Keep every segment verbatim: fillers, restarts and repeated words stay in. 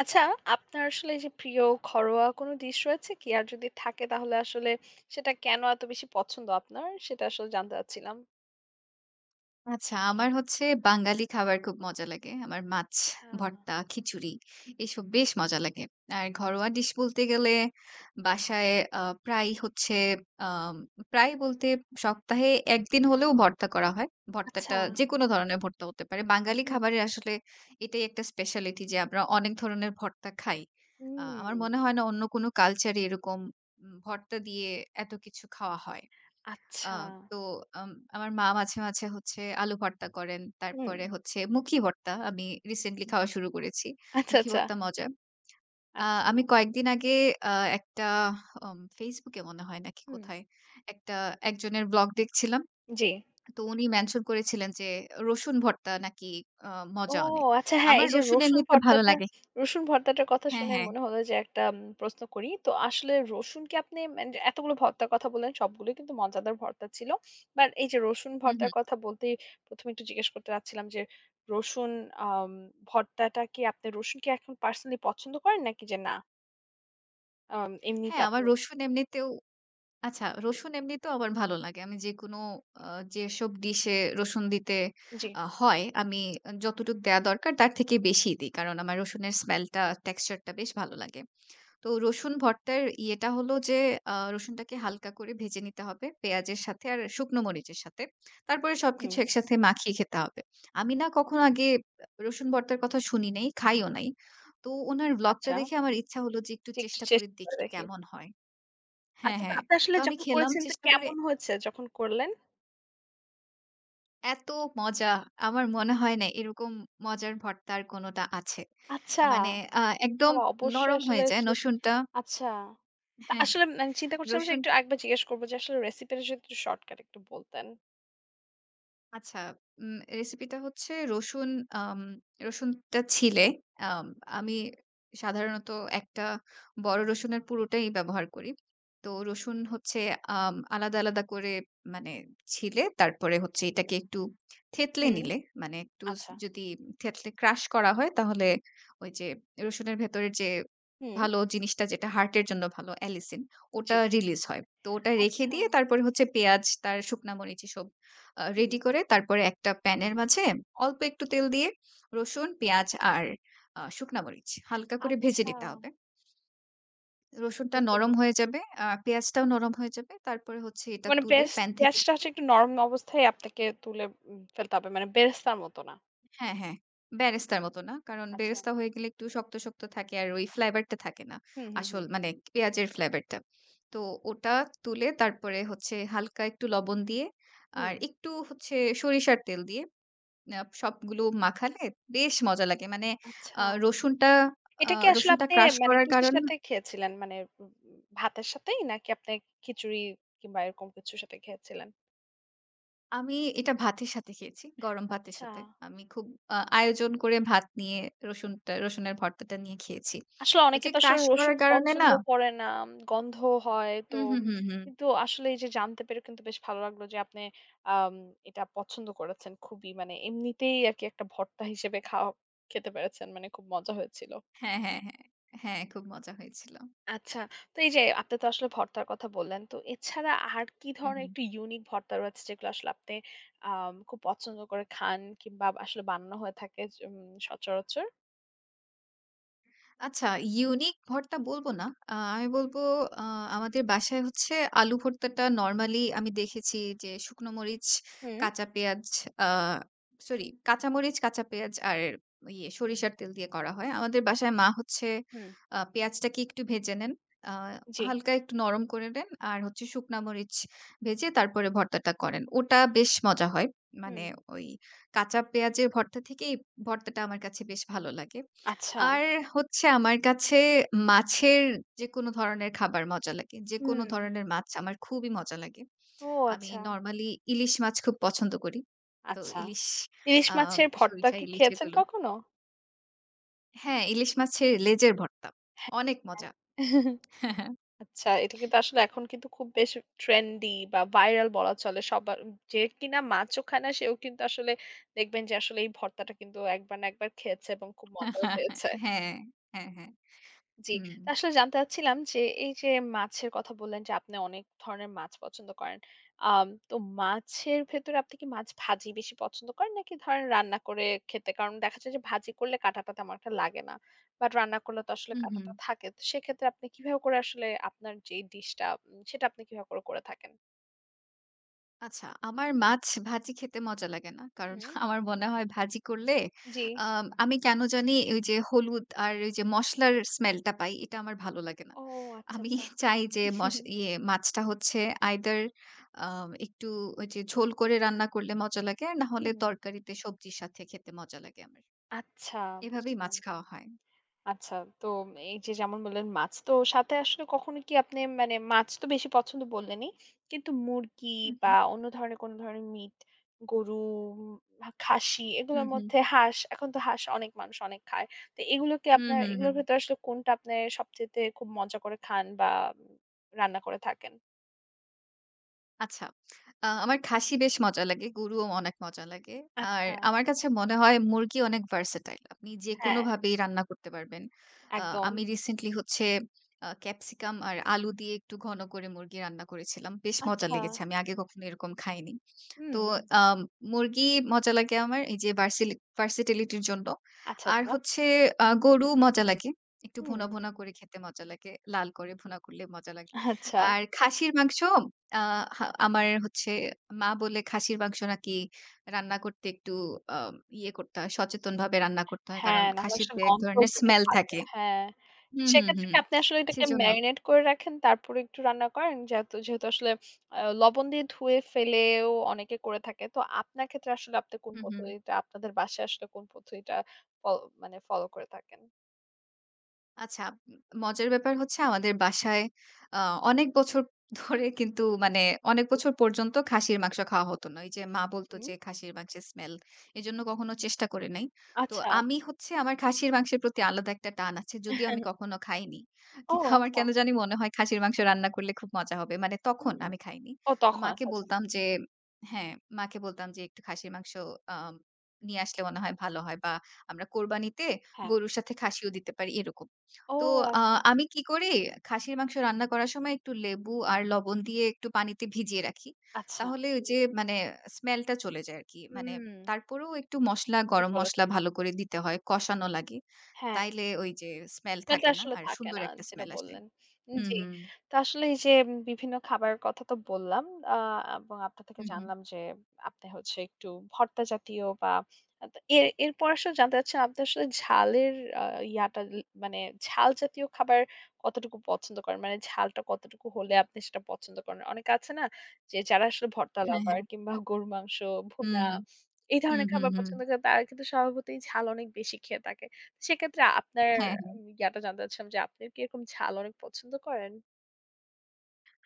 আচ্ছা, আপনার আসলে এই যে প্রিয় ঘরোয়া কোনো ডিশ রয়েছে কি? আর যদি থাকে তাহলে আসলে সেটা কেন এত বেশি পছন্দ আপনার? সেটা আসলে জানতে চাচ্ছিলাম। আচ্ছা, আমার হচ্ছে বাঙালি খাবার খুব মজা লাগে। আমার মাছ আচ্ছা, ভর্তা, খিচুড়ি এসব বেশ মজা লাগে। আর ঘরোয়া ডিশ বলতে গেলে বাসায় আ প্রায়ই হচ্ছে আম প্রায় বলতে সপ্তাহে এক দিন হলেও ভর্তা করা হয়। আচ্ছা। ভর্তাটা যেকোনো ধরনের ভর্তা হতে পারে। বাঙালি হুম, খাবারের আসলে এটাই একটা স্পেশালিটি যে আমরা অনেক ধরনের ভর্তা খাই। আ হুম। আমার মনে হয় না অন্য কোনো কালচারে এরকম উম ভর্তা দিয়ে এত কিছু খাওয়া হয়। আ আচ্ছা। তো আম আমার মা মাঝে, মাঝে হচ্ছে আলু ভর্তা করেন। হুম। তারপরে হচ্ছে মুখি ভর্তা আমি রিসেন্টলি খাওয়া শুরু করেছি। আচ্ছা, মুখি আচ্ছা। ভর্তা মজা। আ আচ্ছা। আমি কয়েকদিন আগে আ একটা আম Facebook এ মনে হয় নাকি হুম, কোথায় একটা একজনের ব্লগ দেখছিলাম। জি। তো উনি মেনশন করেছিলেন যে রসুন ভর্তা নাকি আ ও মজা অনেক। আচ্ছা হ্যাঁ, আমার এই যে রসুন রসুন এমনিতে ভালো ভর্তাটা লাগে। রসুন ভর্তাটার কথা হ্যাঁ, শুনে হ্যাঁ। মনে হলো যে একটা উম প্রশ্ন করি। তো আসলে রসুন কি আপনি মানে যে এতগুলো ভর্তার কথা বললেন সবগুলোই কিন্তু মজাদার ভর্তা ছিল। বাট এই যে রসুন হুম, ভর্তার হুম। কথা বলতেই প্রথম এ একটু জিজ্ঞেস করতে চাচ্ছিলাম যে রসুন আম ভর্তাটা কি আপনি রসুন কি এখন পার্সোনালি পছন্দ করেন নাকি যে না? আম এমনি হ্যাঁ, আমার তারপর রসুন এমনিতেও আচ্ছা, রসুন এমনিতেও আমার ভালো লাগে। আমি যেকোনো আ যেসব ডিশে রসুন দিতে জি, আ হয়, আমি যতটুকু দেয়া দরকার তার থেকে বেশিই দিই। কারণ আমার রসুনের স্মেলটা, টেক্সচারটা বেশ ভালো লাগে। তো রসুন ভর্তার ইয়েটা হলো যে আ রসুনটাকে হালকা করে ভেজে নিতে হবে পেঁয়াজের সাথে আর শুকনো মরিচের সাথে। তারপরে হুম। সবকিছু একসাথে মাখিয়ে খেতে হবে। আমি না কখনো আগে রসুন ভর্তার কথা শুনি নাই, খাইও নাই। তো উনার ব্লগটা আচ্ছা। দেখে আমার ইচ্ছা হলো যে একটু জি, একটু চেষ্টা করে চেষ্টা করে দেখি দেখি। কেমন হয়। হ্যাঁ, আচ্ছা তো হ্যাঁ। আপনি তো আসলে আমি যখন খেলাম করেছেন তো চেষ্টা করে কেমন হয়েছে যখন করলেন? এত মজা! আমার মনে হয় না এরকম মজার ভর্তা আর কোনটা আছে। আচ্ছা। মানে আ একদম তাহলে অবশ্যই নরম আসলে হয়ে যায় চেষ্টা রসুনটা। আচ্ছা। তা হ্যাঁ, আসলে মানে চিন্তা করছিলাম যে রসুন একটু আরেকবার জিজ্ঞেস করব যে আসলে রেসিপিটা যদি একটু শর্টকাট একটু বলতেন। আচ্ছা, উম রেসিপিটা হচ্ছে রসুন আম রসুনটা ছিলে আম আমি সাধারণত একটা বড় রসুনের পুরোটাই ব্যবহার করি। তো রসুন হচ্ছে আম আলাদা, আলাদা করে মানে ছিলে তারপরে হচ্ছে এটাকে একটু থেতলে হুম, নিলে মানে একটু স আচ্ছা। যদি থেতলে ক্রাশ করা হয় তাহলে ওই যে রসুনের ভেতরের যে হুম, ভালো জিনিসটা যেটা হার্টের জন্য ভালো অ্যালিসিন জি। ওটা রিলিজ হয়। তো ওটা রেখে আচ্ছা, দিয়ে তারপরে হচ্ছে পেঁয়াজ, তার শুকনা মরিচ এসব আ হুম, রেডি করে তারপরে একটা প্যানের মাঝে অল্প একটু তেল দিয়ে রসুন, পেঁয়াজ আর আ শুকনা মরিচ হালকা করে ভেজে আচ্ছা। নিতে হবে। রসুনটা বুঝতে নরম পেরেছি। হয়ে যাবে, আ পেঁয়াজটাও নরম হয়ে যাবে। তারপরে হচ্ছে এটা মানে তুলে পেঁয়াজ প্যান থেকে পেঁয়াজটা তুলে। হচ্ছে একটু নরম অবস্থায় আপনাকে তুলে উম ফেলতে হবে। মানে বেরেস্তার মতো না। হ্যাঁ, হ্যাঁ। বেরেস্তার মতো না। কারণ আচ্ছা। বেরেস্তা হয়ে গেলে একটু শক্ত, শক্ত থাকে আর ওই ফ্লেভারটা থাকে না। হুম, হুম, আসল হুম, মানে পেঁয়াজের ফ্লেভারটা। তো ওটা তুলে তারপরে হচ্ছে হালকা একটু লবণ দিয়ে হুম। আর একটু হচ্ছে সরিষার তেল দিয়ে আ সবগুলো মাখালে বেশ মজা লাগে। মানে আচ্ছা। আ রসুনটা আ এটা কি আসলে রসুনটা আপনি ক্রাশ মানে করার কিসের কারণ সাথে খেয়েছিলেন? মানে উম ভাতের সাথেই নাকি আপনি খিচুড়ি কিংবা এরকম কিছুর সাথে খেয়েছিলেন? আমি এটা ভাতের সাথে খেয়েছি, গরম ভাতের আচ্ছা। সাথে। আমি খুব আ আয়োজন করে ভাত নিয়ে রসুনটা রসুনের ভর্তাটা নিয়ে খেয়েছি। আসলে ওই অনেকে যে তো আসলে ক্রাশ রসুন করার কারণে না। পছন্দ করে না। গন্ধ হয় তো হুম, হুম, হুম। হুম, হুম। কিন্তু আসলে এই যে জানতে পেরে কিন্তু বেশ ভালো লাগলো যে আপনি আম এটা পছন্দ করেছেন খুবই। মানে এমনিতেই আরকি একটা ভর্তা হিসেবে খাওয়া খেতে পেরেছেন। মানে খুব মজা হয়েছিল। হ্যাঁ, হ্যাঁ, হ্যাঁ। হ্যাঁ, খুব মজা হয়েছিল। আচ্ছা। তো এই যে আপনি তো আসলে ভর্তার কথা বললেন। তো এছাড়া আর কি হুম, ধরনের হুম। একটু ইউনিক ভর্তা রয়েছে যেগুলো আসলে আপনি আম খুব পছন্দ করে খান কিংবা আসলে বানানো হয়ে থাকে য উম সচরাচর? আচ্ছা, ইউনিক ভর্তা বলবো না। আ আমি বলবো আ আমাদের বাসায় হচ্ছে আলু ভর্তাটা নরমালি আমি দেখেছি যে শুকনো মরিচ, হুম, কাঁচা পেঁয়াজ আ সরি কাঁচা মরিচ, কাঁচা পেঁয়াজ আর ইয়ে সরিষার তেল দিয়ে করা হয়। আমাদের বাসায় মা হচ্ছে হুম। আ পেঁয়াজটাকে একটু ভেজে নেন। আ জি। হালকা একটু নরম করে নেন। আর হচ্ছে শুকনা মরিচ ভেজে তারপরে ভর্তাটা করেন। ওটা বেশ মজা হয়। মানে হুম। ওই কাঁচা পেঁয়াজের ভর্তা থেকে এই ভর্তাটা আমার কাছে বেশ ভালো লাগে। আচ্ছা। আর হচ্ছে আমার কাছে মাছের যেকোনো ধরনের খাবার মজা লাগে। যেকোনো হুম। ধরনের মাছ আমার খুবই মজা লাগে। ও আমি আচ্ছা। নরমালি ইলিশ মাছ খুব পছন্দ করি। তো আচ্ছা। ইলিশ ইলিশ আ মাছের ভর্তা সরিষা কি ইলিশ খেয়েছেন এগুলো। কখনো? হ্যাঁ, ইলিশ মাছের লেজের ভর্তা। হ্যাঁ, অনেক মজা। হ্যাঁ। আচ্ছা, এটা কিন্তু আসলে এখন কিন্তু খুব বেশ ট্রেন্ডি বা ভাইরাল বলা চলে। সবার যে কিনা মাছও খায় না সেও কিন্তু আসলে দেখবেন যে আসলে এই ভর্তাটা কিন্তু একবার না একবার খেয়েছে এবং খুব মজাও পেয়েছে। হ্যাঁ, হ্যাঁ, হ্যাঁ। জি। হুম। তো আসলে জানতে চাচ্ছিলাম যে, এই যে মাছের কথা বললেন যে, আপনি অনেক ধরনের মাছ পছন্দ করেন। আম তো মাছের ভেতরে আপনি কি মাছ ভাজি বেশি পছন্দ করেন? নাকি ধরেন রান্না করে খেতে? কারণ দেখা যায় যে ভাজি করলে কাঁটাটা তেমন একটা লাগে না। বাট রান্না করলে তো আসলে হু, হুম। কাঁটাটা থাকে। তো সেক্ষেত্রে আপনি কিভাবে করে আসলে আপনার যে ডিশটা উম সেটা আপনি কিভাবে করে, করে থাকেন? আচ্ছা, আমার মাছ ভাজি খেতে মজা লাগে না। কারণ হুম। আমার মনে হয় ভাজি করলে জি। আম আমি কেন জানি ওই যে হলুদ আর ওই যে মসলার স্মেলটা পাই, এটা আমার ভালো লাগে না। ও আচ্ছা, আমি আচ্ছা। চাই যে মস ইয়ে মাছটা হচ্ছে আইদার আম একটু ওই যে ঝোল করে রান্না করলে মজা লাগে, আর না হলে হুম। তরকারিতে সবজির সাথে খেতে মজা লাগে আমার। আচ্ছা এভাবেই মাছ বুঝলাম। খাওয়া হয়। আচ্ছা, তো এই যে যেমন বললেন মাছ, তো সাথে আসলে কখনো কি আপনি মানে মাছ তো বেশি পছন্দ বললেনই। কিন্তু মুরগি হু, হু। বা অন্য ধরনের কোনো ধরনের মিট, গরু, উম বা খাসি হু, এগুলোর হু। মধ্যে হাঁস, এখন তো হাঁস অনেক মানুষ অনেক খায়। তো এগুলোকে হু, আপনার হু, হু। এগুলোর ভেতরে আসলে কোনটা আপনার সবচাইতে খুব মজা করে খান বা উম, রান্না করে থাকেন? আচ্ছা। আ আমার খাসি বেশ মজা লাগে, গরুও অনেক মজা লাগে। আর আচ্ছা, আমার কাছে মনে হয় মুরগি অনেক versatile. আপনি হ্যাঁ, যেকোনোভাবেই রান্না করতে পারবেন। আ একদম। আমি রিসেন্টলি হচ্ছে আ ক্যাপসিকাম আর আলু দিয়ে একটু ঘন করে মুরগি রান্না করেছিলাম। বেশ মজা আচ্ছা, লেগেছে। আমি আগে কখনো এরকম খাইনি। হুম, তো আম মুরগি মজা লাগে আমার এই যে ভার্সিলি versatility র জন্য। আচ্ছা, আর আচ্ছা, হচ্ছে আ গরু মজা লাগে। একটু হুম, ভুনা, ভুনা করে খেতে মজা লাগে। লাল করে ভুনা করলে মজা লাগে। আচ্ছা। আর খাসির মাংস আ হা আমার হচ্ছে মা বলে খাসির মাংস নাকি রান্না করতে একটু আ ইয়ে করতে হয়, সচেতনভাবে রান্না করতে হয়। কারণ হ্যাঁ, নাহলে আসলে খাসিতে এক গন্ধ ধরনের যদি স্মেল থাকে থাকে। হ্যাঁ। হুম, হুম, সেক্ষেত্রে হুম। কি আপনি আসলে এটাকে সেজন্য। marinate করে রাখেন, তারপরে একটু রান্না করেন? যেহেতু যেহেতু আসলে আ লবণ দিয়ে ধুয়ে ফেলেও অনেকে করে থাকে। তো আপনার ক্ষেত্রে আসলে আপনি কোন হুম, হুম। পদ্ধতিটা আপনাদের বাসায় আসলে কোন পদ্ধতিটা ফল মানে ফলো করে থাকেন? আচ্ছা, উম মজার ব্যাপার হচ্ছে আমাদের বাসায় আ অনেক বছর ধরে কিন্তু মানে অনেক বছর পর্যন্ত খাসির মাংস খাওয়া হতো না। ওই যে মা বলত হুম, যে খাসির মাংসের স্মেল। এজন্য কখনো চেষ্টা করে নাই। তো আচ্ছা। আমি হচ্ছে আমার খাসির মাংসের প্রতি আলাদা একটা টান আছে। যদিও আমি কখনো খাইনি। ও কিন্তু আমার আচ্ছা। কেন জানি মনে হয় খাসির মাংস রান্না করলে খুব মজা হবে। মানে হুম। তখন আমি খাইনি। ও তো তখন মাকে আচ্ছা, আচ্ছা। আচ্ছা। বলতাম যে হ্যাঁ, মাকে বলতাম যে একটু খাসির মাংস আম নিয়ে আসলে মনে হয় ভালো হয় বা আমরা কোরবানিতে হ্যাঁ। গরুর সাথে খাসিও দিতে পারি এরকম। ও তো আ আচ্ছা, আমি কি করি, খাসির মাংস রান্না করার সময় একটু লেবু আর লবণ দিয়ে একটু পানিতে ভিজিয়ে রাখি। আচ্ছা। তাহলে ওই যে মানে স্মেলটা চলে যায় আরকি। মানে হুম, তারপরেও একটু মসলা, ঠিক গরম মসলা বলেছেন। ভালো করে দিতে হয়, কষানো লাগে। হ্যাঁ। তাইলে ওই যে স্মেল স্মেলটা থাকে না। আসলে আর থাকে সুন্দর না একটা যেটা স্মেল আসে। বললেন। হুম, জি। হুম। তো আসলে এই যে উম, বিভিন্ন খাবারের কথা তো বললাম। আ এবং আপনার থেকে হুম, হুম। জানলাম যে আপনি হচ্ছে একটু ভর্তা জাতীয় বা আ তো এর এরপর আসলে জানতে চাচ্ছিলাম আপনি আসলে ঝালের আ ইয়াটা ল মানে ঝাল জাতীয় খাবার কতটুকু পছন্দ করেন? মানে ঝালটা কতটুকু হলে আপনি সেটা পছন্দ করেন? অনেকে আছে না যে যারা আসলে ভর্তা হ্যাঁ, লাভার হ্যাঁ। কিংবা গরুর মাংস, ভুনা হুম। এই হুম, ধরনের হুম, খাবার হুম। পছন্দ করে তারা কিন্তু স্বভাবতই ঝাল অনেক বেশি খেয়ে থাকে। সেক্ষেত্রে আপনার হ্যাঁ, হ্যাঁ। জ্ঞানটা জানতে চাচ্ছিলাম যে আপনি কি এরকম ঝাল অনেক পছন্দ করেন?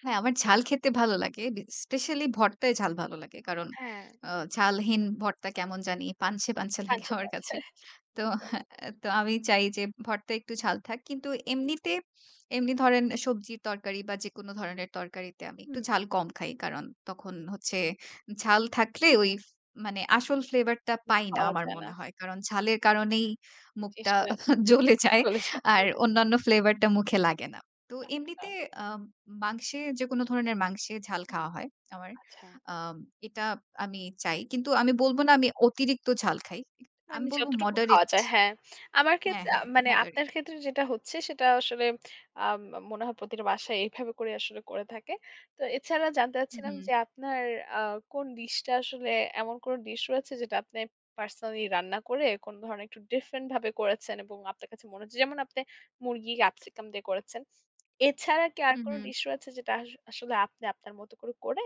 হ্যাঁ, আমার ঝাল খেতে ভালো লাগে। বি স্পেশালি ভর্তায় ঝাল ভালো লাগে। কারণ হ্যাঁ, আ ঝালহীন ভর্তা কেমন জানি পানছে, পানছে লাগে পাঞ্ছে আমার মাছ। কাছে। তো তো আমি চাই যে ভর্তায় একটু ঝাল থাক। কিন্তু এমনিতে এমনি ধরেন সবজির তরকারি বা যেকোনো ধরনের তরকারিতে আমি একটু হুম। ঝাল কম খাই। কারণ তখন হচ্ছে ঝাল থাকলে ওই মানে আসল ফ্লেভারটা হুম, পাই না পাওয়া আমার যায় না। মনে হয়। কারণ ঝালের কারণেই মুখটা চেষ্টা জ্বলে যায়। চলে যায়। আর অন্যান্য ফ্লেভারটা মুখে লাগে না। তো আচ্ছা। এমনিতে আ মাংসে যেকোনো ধরনের মাংসে ঝাল হুম, খাওয়া হয় আমার। আচ্ছা। আ এটা আমি চাই। কিন্তু আমি বলব না আমি অতিরিক্ত ঝাল খাই। আমি মানে বলব যতটুকু খাওয়া মডারেট। যায়, হ্যাঁ। আমার হ্যাঁ, ক্ষেত্রে আ হ্যাঁ, মানে মডারেট। আপনার ক্ষেত্রে যেটা হচ্ছে সেটা আসলে আম মনে হয় প্রতিটা বাসায় এইভাবে করে আসলে করে থাকে। তো এছাড়া জানতে হুম, চাচ্ছিলাম হুম, যে আপনার আ কোন ডিশটা আসলে এমন কোন ডিশ রয়েছে যেটা আপনি পার্সোনালি রান্না করে কোন ধরনের একটু ডিফারেন্ট ভাবে করেছেন এবং আপনার কাছে মনে হচ্ছে যেমন আপনি মুরগি ক্যাপসিকাম দিয়ে করেছেন। এছাড়া কি আর হুম, কোন হুম, ডিশ রয়েছে যেটা আস আসলে আপনি আপনার মতো করে, করে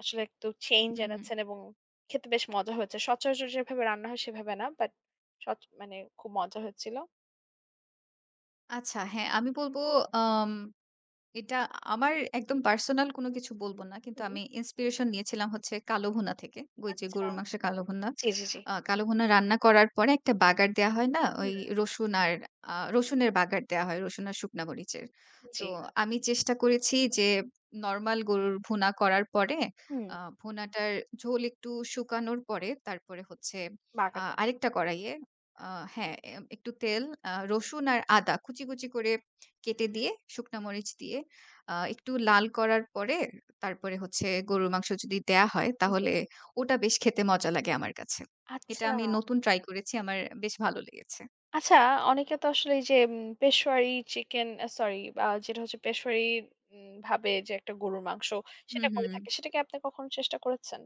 আসলে একটু চেঞ্জ হুম, হুম। এনেছেন এবং খেতে বেশ মজা হয়েছে। সচরাচর যেভাবে রান্না হয় সেভাবে না। বাট সচ মানে খুব মজা হচ্ছিল। আচ্ছা হ্যাঁ, আমি বলব আম এটা আমার একদম পার্সোনাল কোনো কিছু বলব না। কিন্তু হুম। আমি ইন্সপিরেশন নিয়েছিলাম হচ্ছে কালো ভুনা থেকে। ওই যে আচ্ছা। গরুর মাংসের কালো ভুনা। জি, জি, জি। আ কালো ভুনা রান্না করার পরে একটা বাগার দেয়া হয় না? হুম। ওই রসুন আর আ রসুনের বাগার দেয়া হয়, রসুন আর শুকনা মরিচের। জি। তো আমি চেষ্টা করেছি যে নরমাল গরুর ভুনা করার পরে হুম। আ ভুনাটার ঝোল একটু শুকানোর পরে তারপরে হচ্ছে আ বাগাটা। আরেকটা কড়াইয়ে আ হ্যাঁ, এম একটু তেল, আ রসুন আর আদা কুচি, কুচি করে কেটে দিয়ে শুকনা মরিচ দিয়ে আ একটু লাল করার পরে তারপরে হচ্ছে গরুর মাংস যদি দেয়া হয় জি। তাহলে ওটা বেশ খেতে মজা লাগে আমার কাছে। এটা আচ্ছা। আমি নতুন ট্রাই করেছি। আমার বেশ ভালো লেগেছে। আচ্ছা অনেকে তো আসলে এই যে উম পেশওয়ারি চিকেন আ সরি আ যেটা হচ্ছে পেশওয়ারি উম ভাবে যে একটা গরুর মাংস হুম, সেটা করে হুম। থাকে। সেটা কি আপনি কখনো চেষ্টা করেছেন?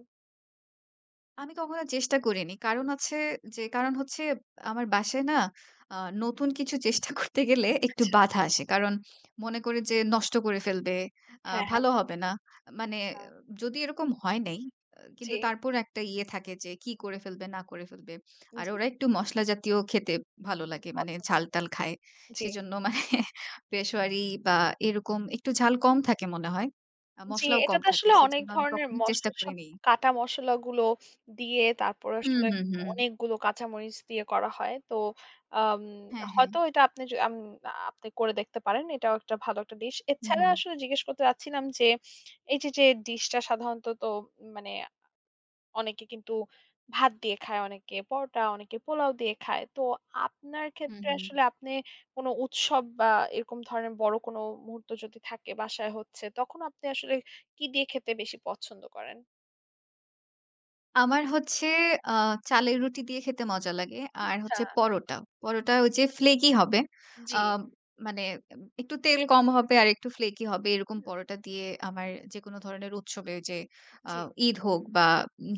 আমি কখনো চেষ্টা করিনি। কারণ আছে যে কারণ হচ্ছে আমার বাসায় না আ নতুন কিছু চেষ্টা করতে গেলে একটু আচ্ছা। বাধা আসে। কারণ মনে হুম। করে যে নষ্ট করে ফেলবে, আ হ্যাঁ, হ্যাঁ। ভালো হবে না। মানে আচ্ছা। যদি এরকম হয় নাই, আ জি, কিন্তু তারপর একটা ইয়ে থাকে যে কি করে ফেলবে, না করে ফেলবে। আর জি। ওরা একটু মসলা জাতীয় খেতে ভালো লাগে। মানে পছন্দ করে। ঝাল-টাল খায়। জি। সেজন্য মানে পেশোয়ারি বা এরকম একটু ঝাল কম থাকে মনে হয়। আ জি, মসলাও কম এটাতে থাকে। আসলে অনেক সেজন্য আমি ধরনের কখনো মসলা চেষ্টা সব করিনি। কাটা মসলাগুলো দিয়ে তারপরে হুম, আসলে হুম, হুম। অনেকগুলো কাঁচামরিচ দিয়ে করা হয়। তো আম হ্যাঁ, হ্যাঁ। হয়তো এটা আপনি য আম আপনি করে দেখতে পারেন। এটাও একটা ভালো একটা ডিশ। হুম, এছাড়া হুম। আসলে জিজ্ঞেস করতে চাচ্ছিলাম যে, এই যে, যে, ডিশটা সাধারণত তো মানে অনেকে কিন্তু ভাত দিয়ে খায়, অনেকে পরোটা, অনেকে পোলাও দিয়ে খায়। তো আপনার হুম, ক্ষেত্রে হুম। আসলে আপনি কোনো উৎসব বা এরকম ধরনের বড় কোনো মুহূর্ত যদি থাকে বাসায় হচ্ছে, তখন আপনি আসলে কি দিয়ে খেতে বেশি পছন্দ করেন? আমার হচ্ছে আ চালের রুটি দিয়ে খেতে মজা লাগে। আর আচ্ছা, হচ্ছে পরোটা। পরোটা ওই যে ফ্লেকি হবে। জি, আ মানে একটু তেল কম হবে আর একটু ফ্লেকি হবে। এরকম হুম, পরোটা দিয়ে আমার যেকোনো ধরনের উৎসবে ওই যে আ জি। ঈদ হোক বা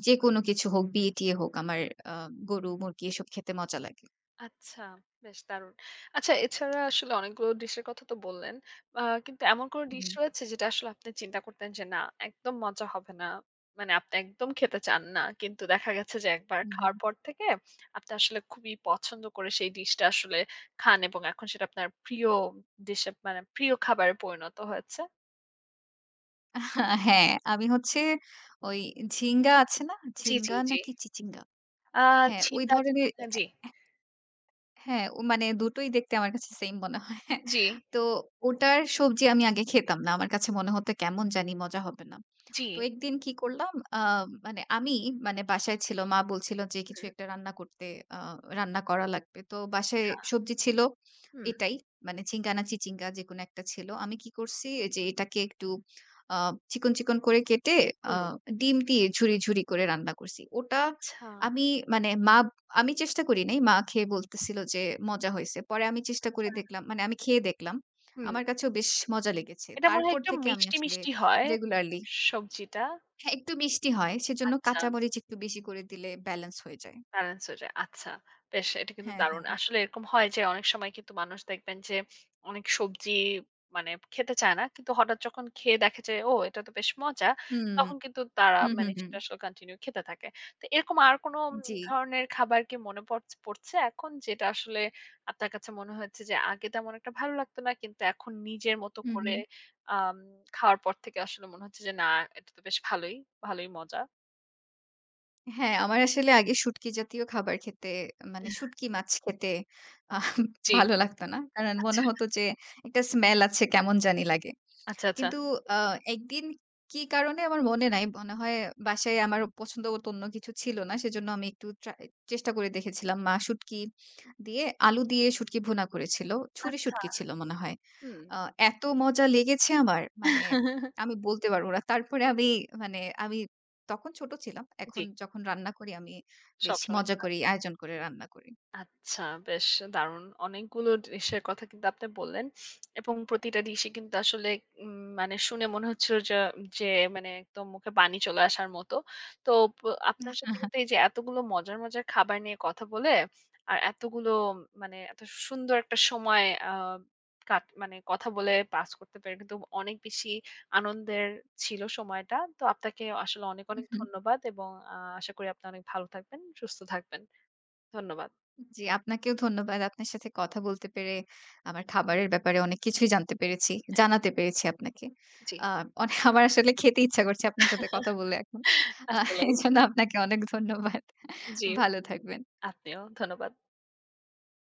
যেকোনো কিছু হোক, বিয়ে-টিয়ে হোক আমার আ গরু, মুরগি এসব খেতে মজা লাগে। আচ্ছা, বেশ দারুণ। আচ্ছা এছাড়া আসলে অনেকগুলো ডিশের কথা তো বললেন। আ কিন্তু এমন কোন ডিশ হুম, রয়েছে যেটা আসলে আপনি চিন্তা করতেন যে না একদম মজা হবে না। মানে আপনি একদম খেতে চান না। কিন্তু দেখা গেছে যে একবার হুম, হুম। খাওয়ার পর থেকে আপনি আসলে খুবই পছন্দ করে সেই ডিশটা আসলে খান এবং এখন সেটা আপনার প্রিয় ডিশে মানে প্রিয় খাবারে পরিণত হয়েছে? হ্যাঁ, আমি হচ্ছে ওই ঝিঙ্গা আছে না? জি, জি, ঝিঙ্গা জি। নাকি চিচিঙ্গা? আ হ্যাঁ, ওই ঝিঙ্গা ধরনের। জি, হ্যাঁ, ও মানে দুটোই দেখতে আমার কাছে সেইম মনে হয়। হ্যাঁ, জি, জি, তো ওটার সবজি আমি আগে খেতাম না। আমার কাছে হুম, মনে হতো কেমন জানি মজা হবে না। জি, তো একদিন কি করলাম আ মানে আমি মানে বাসায় ছিল মা বলছিল যে কিছু হুম, একটা রান্না করতে আ রান্না করা লাগবে। তো বাসায় সবজি ছিল হুম, এটাই। মানে ঝিঙ্গা না চিচিঙ্গা যেকোনো একটা ছিল। আমি কি করছি যে এটাকে একটু আ চিকন, চিকন করে কেটে আ হুম, ডিম দিয়ে ঝুরি, ঝুরি করে রান্না করছি। ওটা আচ্ছা। আমি মানে মা আমি চেষ্টা করি নাই। মা খেয়ে বলতেছিল যে মজা হইছে। পরে আমি চেষ্টা করে দেখলাম মানে আমি খেয়ে দেখলাম। হুম। আমার কাছেও বেশ মজা লেগেছে। এটা মনে হয় তারপর একটু থেকে আমি মিষ্টি, আসলে মিষ্টি হয় রেগুলারলি। সবজিটা। হ্যাঁ, একটু মিষ্টি হয়। সেজন্য আচ্ছা। কাঁচামরিচ একটু বেশি করে দিলে ব্যালেন্স হয়ে যায়। ব্যালেন্স হয়ে যায়। আচ্ছা। বেশ এটা কিন্তু হ্যাঁ, দারুণ। হ্যাঁ। আসলে এরকম হয় যে অনেক সময় কিন্তু মানুষ দেখবেন যে অনেক সবজি মানে খেতে চায় না। কিন্তু হঠাৎ যখন খেয়ে দেখে যে ও এটা তো বেশ মজা। হুম, তখন কিন্তু তারা হুম, হুম, মানে হুম। সেটা আসলে কন্টিনিউ খেতে থাকে। তো এরকম আর কোন উম জি। ধরনের খাবার কি মনে পড়ছ পড়ছে এখন যেটা আসলে আপনার কাছে মনে হয়েছে যে আগে তেমন একটা ভালো লাগতো না। কিন্তু এখন নিজের মতো হুম, করে হুম। আম খাওয়ার পর থেকে আসলে মনে হচ্ছে যে না এটা তো বেশ ভালোই, ভালোই মজা। হ্যাঁ, আমার আসলে আগে শুটকি জাতীয় খাবার খেতে মানে শুটকি মাছ খেতে আহ জি। ভালো লাগতো না। কারণ মনে আচ্ছা, হতো যে একটা স্মেল আছে কেমন জানি লাগে। আচ্ছা, আচ্ছা, কিন্তু আ একদিন কি কারণে আমার মনে নাই। মনে হয় বাসায় আমার পছন্দমত অন্য কিছু ছিল না। সেজন্য আমি একটু ট্রা চেষ্টা করে দেখেছিলাম। মা শুটকি দিয়ে আলু দিয়ে শুটকি ভুনা করেছিল। ছুরি আচ্ছা। শুটকি ছিল মনে হয়। হুম। আ এত মজা লেগেছে আমার মানে আমি বলতে পারব না। তারপরে আমি মানে আমি তখন ছোট ছিলাম। জি, এখন যখন রান্না করি আমি বেশ সবসময়। মজা করি, আয়োজন করে রান্না করি। আচ্ছা বেশ দারুণ! অনেকগুলো ডিশের কথা কিন্তু আপনি বললেন এবং প্রতিটা ডিশই কিন্তু আসলে উম মানে শুনে মনে হচ্ছিল যে যে মানে একদম মুখে পানি চলে আসার মতো। তো প আপনার সাথে কিন্তু এই যে এতগুলো মজার, মজার খাবার নিয়ে কথা বলে আর এতগুলো মানে এত সুন্দর একটা সময় আ কাট মানে কথা বলে পাস করতে পেরে কিন্তু অনেক বেশি আনন্দের ছিল সময়টা। তো আপনাকে আসলে অনেক, অনেক ধন্যবাদ এবং আ আশা করি আপনি অনেক ভালো থাকবেন, সুস্থ থাকবেন। ধন্যবাদ। জি, আপনাকেও ধন্যবাদ। আপনার সাথে কথা বলতে পেরে আমার খাবারের ব্যাপারে অনেক কিছুই জানতে পেরেছি, জানাতে পেরেছি আপনাকে। জি। আ অনে আমার আসলে খেতে ইচ্ছা করছে আপনার সাথে কথা বলে এখন। আ আসলেই। এজন্য আপনাকে অনেক ধন্যবাদ। জি, ভালো থাকবেন। আপনিও। ধন্যবাদ।